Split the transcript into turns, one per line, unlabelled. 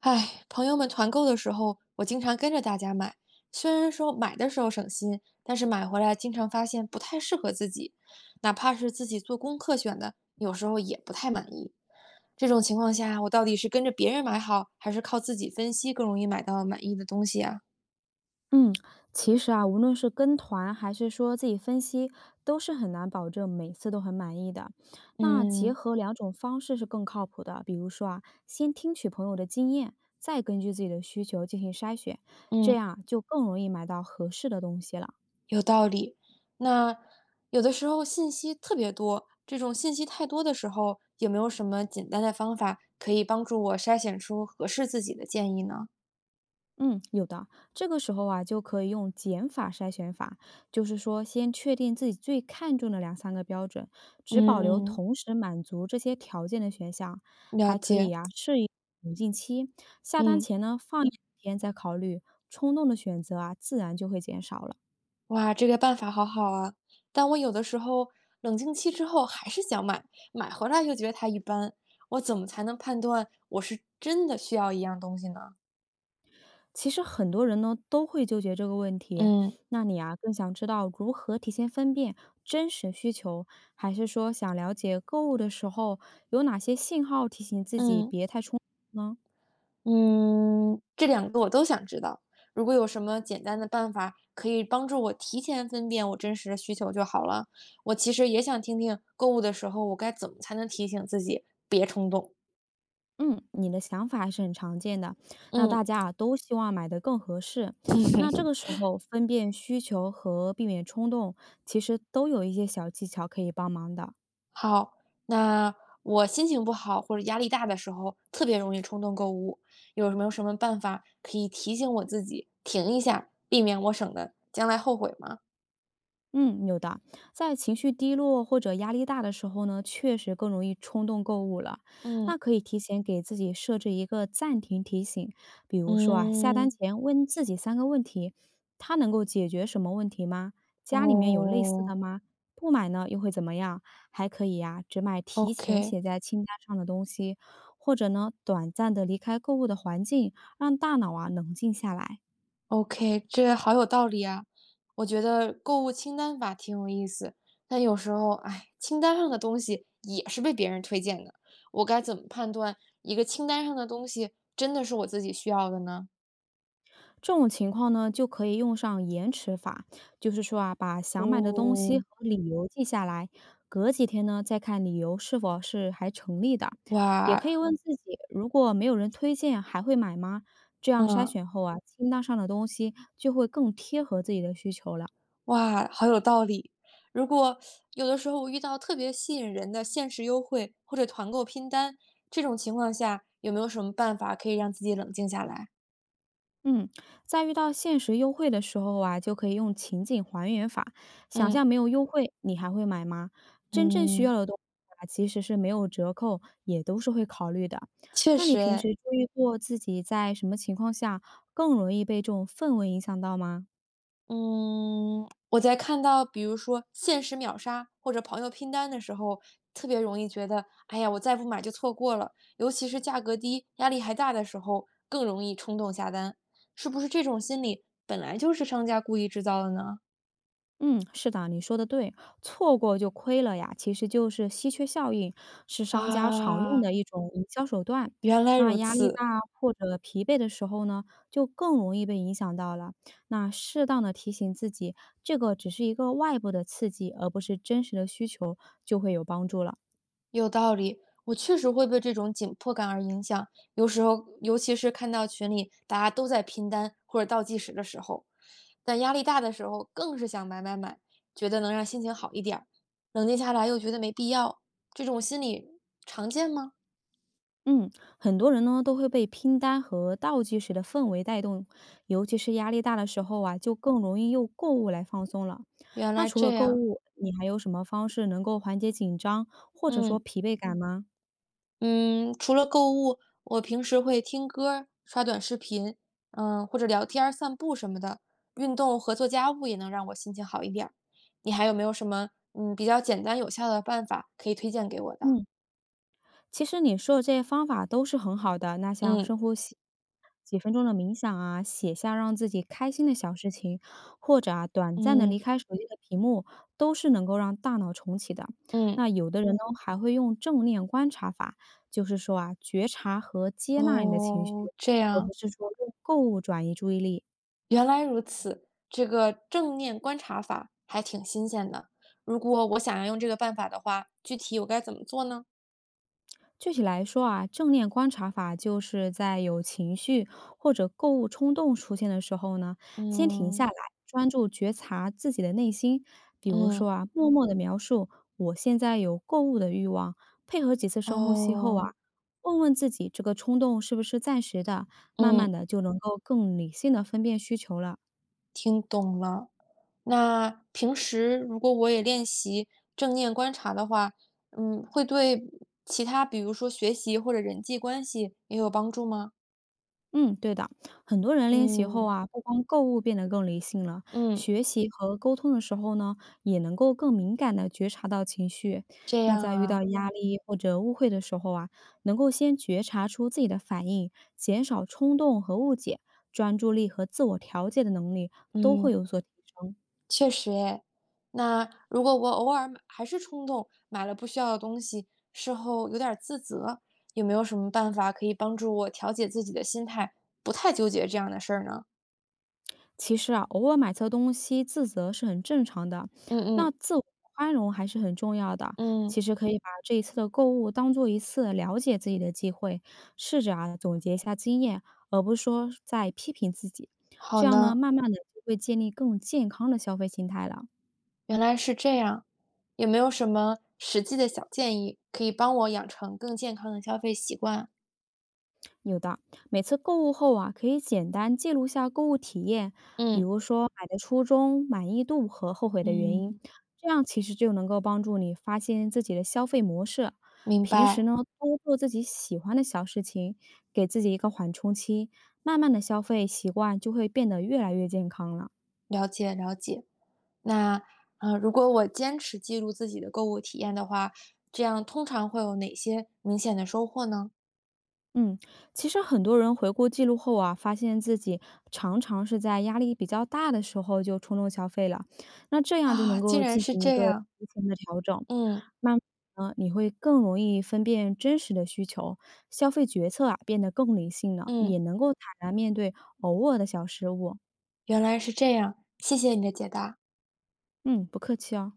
唉，朋友们团购的时候，我经常跟着大家买。虽然说买的时候省心，但是买回来经常发现不太适合自己，哪怕是自己做功课选的，有时候也不太满意。这种情况下，我到底是跟着别人买好，还是靠自己分析更容易买到满意的东西啊？
嗯，其实啊，无论是跟团还是说自己分析，都是很难保证每次都很满意的。那结
嗯
合两种方式是更靠谱的。比如说啊，先听取朋友的经验，再根据自己的需求进行筛选，这
嗯，
样啊就更容易买到合适的东西了。
有道理。那有的时候信息特别多，这种信息太多的时候，有没有什么简单的方法可以帮助我筛选出合适自己的建议呢？
嗯，有的。这个时候啊，就可以用减法筛选法，就是说，先确定自己最看重的两三个标准，只保留
嗯，
同时满足这些条件的选项。
了
还可以
解。
啊，设一冷静期，下单
嗯，
前呢放一两天再考虑，冲动的选择啊，自然就会减少了。
哇，这个办法好好啊！但我有的时候冷静期之后还是想买，买回来又觉得它一般，我怎么才能判断我是真的需要一样东西呢？
其实很多人呢都会纠结这个问题，
嗯
那你啊更想知道如何提前分辨真实需求，还是说想了解购物的时候有哪些信号提醒自己
嗯
别太冲动呢？
嗯，这两个我都想知道。如果有什么简单的办法可以帮助我提前分辨我真实的需求就好了。我其实也想听听购物的时候我该怎么才能提醒自己别冲动。
嗯，你的想法还是很常见的。那
嗯。
大家啊都希望买的更合适，那这个时候分辨需求和避免冲动，其实都有一些小技巧可以帮忙的。
好，那我心情不好或者压力大的时候，特别容易冲动购物，有没有什么办法可以提醒我自己停一下，避免我省的将来后悔吗？
嗯，有的，在情绪低落或者压力大的时候呢，确实更容易冲动购物了。
嗯
那可以提前给自己设置一个暂停提醒，比如说啊，下单
嗯，
前问自己三个问题：它能够解决什么问题吗？家里面有类似的
哦
吗？不买呢又会怎么样？还可以呀、只买提前
，OK
写在清单上的东西，或者呢，短暂的离开购物的环境，让大脑啊冷静下来。
OK，这好有道理啊！我觉得购物清单法挺有意思，但有时候，哎，清单上的东西也是被别人推荐的，我该怎么判断一个清单上的东西真的是我自己需要的呢？
这种情况呢，就可以用上延迟法，就是说啊，把想买的东西
哦。
和理由记下来，隔几天呢再看理由是否是还成立的。也
哇，
可以问自己，如果没有人推荐，还会买吗？这样筛
嗯，
选后啊，清单上的东西就会更贴合自己的需求了。
哇，好有道理。如果有的时候我遇到特别吸引人的限时优惠或者团购拼单，这种情况下有没有什么办法可以让自己冷静下来？
嗯，在遇到限时优惠的时候啊，就可以用情景还原法，想
嗯
象没有优惠，你还会买吗？真正需
嗯，
要的东西啊，其实是没有折扣，也都是会考虑的。
确
那你
实
平
诶。
时注意过自己在什么情况下更容易被这种氛围影响到吗？
嗯，我在看到比如说限时秒杀或者朋友拼单的时候，特别容易觉得，哎呀，我再不买就错过了。尤其是价格低、压力还大的时候，更容易冲动下单。是不是这种心理本来就是商家故意制造的呢？
嗯，是的，你说的对，错过就亏了呀，其实就是稀缺效应，是商家常用
啊，
的一种营销手段。
原来
那
如
压力
此。
大或者疲惫的时候呢，就更容易被影响到了。那适当的提醒自己，这个只是一个外部的刺激，而不是真实的需求，就会有帮助了。
有道理，我确实会被这种紧迫感而影响，有时候，尤其是看到群里大家都在拼单或者倒计时的时候，但压力大的时候更是想买买买，觉得能让心情好一点儿，冷静下来又觉得没必要，这种心理常见吗？
嗯，很多人呢都会被拼单和倒计时的氛围带动，尤其是压力大的时候啊，就更容易用购物来放松了。
原
那
来
除了
这
购
样，
物，你还有什么方式能够缓解紧张或者说
嗯。
疲惫感吗？
嗯，除了购物，我平时会听歌儿、刷短视频，嗯，或者聊天儿、散步什么的。运动和做家务也能让我心情好一点儿。你还有没有什么嗯比较简单有效的办法可以推荐给我的？
嗯。其实你说的这些方法都是很好的，那像
嗯
深呼吸、几分钟的冥想啊，写下让自己开心的小事情，或者啊短暂的
嗯
离开手机的屏幕，都是能够让大脑重启的。
嗯，
那有的人呢，还会用正念观察法，就是说啊，觉察和接纳你的情绪，
哦，这
而不
样，
是说用购物转移注意力。
原来如此，这个正念观察法还挺新鲜的。如果我想要用这个办法的话，具体我该怎么做呢？
具体来说啊，正念观察法就是在有情绪或者购物冲动出现的时候呢，先停下
嗯
来，专注觉察自己的内心。比如
嗯，
说啊，默默的描述我现在有购物的欲望，配合几次深呼吸后啊，
哦，
问问自己这个冲动是不是暂时的，慢慢
嗯，
的就能够更理性的分辨需求了。
听懂了。那平时如果我也练习正念观察的话，嗯，会对其他比如说学习或者人际关系也有帮助吗？
嗯，对的，很多人练习后
嗯
啊，不光购物变得更理性了，
嗯，
学习和沟通的时候呢，也能够更敏感的觉察到情绪。
这
那
样
在遇到
啊，
压力或者误会的时候啊，能够先觉察出自己的反应，减少冲动和误解，专注力和自我调节的能力都会
嗯，
有所提升。
确实诶。那如果我偶尔买还是冲动买了不需要的东西，事后有点儿自责，有没有什么办法可以帮助我调节自己的心态，不太纠结这样的事儿呢？
其实啊，偶尔买错东西自责是很正常的，
嗯
那
嗯
自我宽容还是很重要的。
嗯，
其实可以把这一次的购物当做一次了解自己的机会，试着啊总结一下经验，而不是说在批评自己。
好
这样呢，
呢。
慢慢的就会建立更健康的消费心态了。
原来是这样，有没有什么实际的小建议可以帮我养成更健康的消费习惯啊？
有的，每次购物后啊，可以简单记录下购物体验，比
嗯
如说买的初衷、满意度和后悔的原因，
嗯，
这样其实就能够帮助你发现自己的消费模式。
明
平时
白，
呢，多做自己喜欢的小事情，给自己一个缓冲期，慢慢的消费习惯就会变得越来越健康了。
了解了解。那如果我坚持记录自己的购物体验的话，这样通常会有哪些明显的收获呢？
嗯，其实很多人回顾记录后啊，发现自己常常是在压力比较大的时候就冲动消费了，那这样就能
啊，竟
够
然
进
是
行一
这
个
样，
提前的调整，
嗯
慢慢呢你会更容易分辨真实的需求，消费决策啊变得更理性了，也
嗯，
能够坦然面对偶尔的小失误。
原来是这样，谢谢你的解答。
嗯，不客气哦。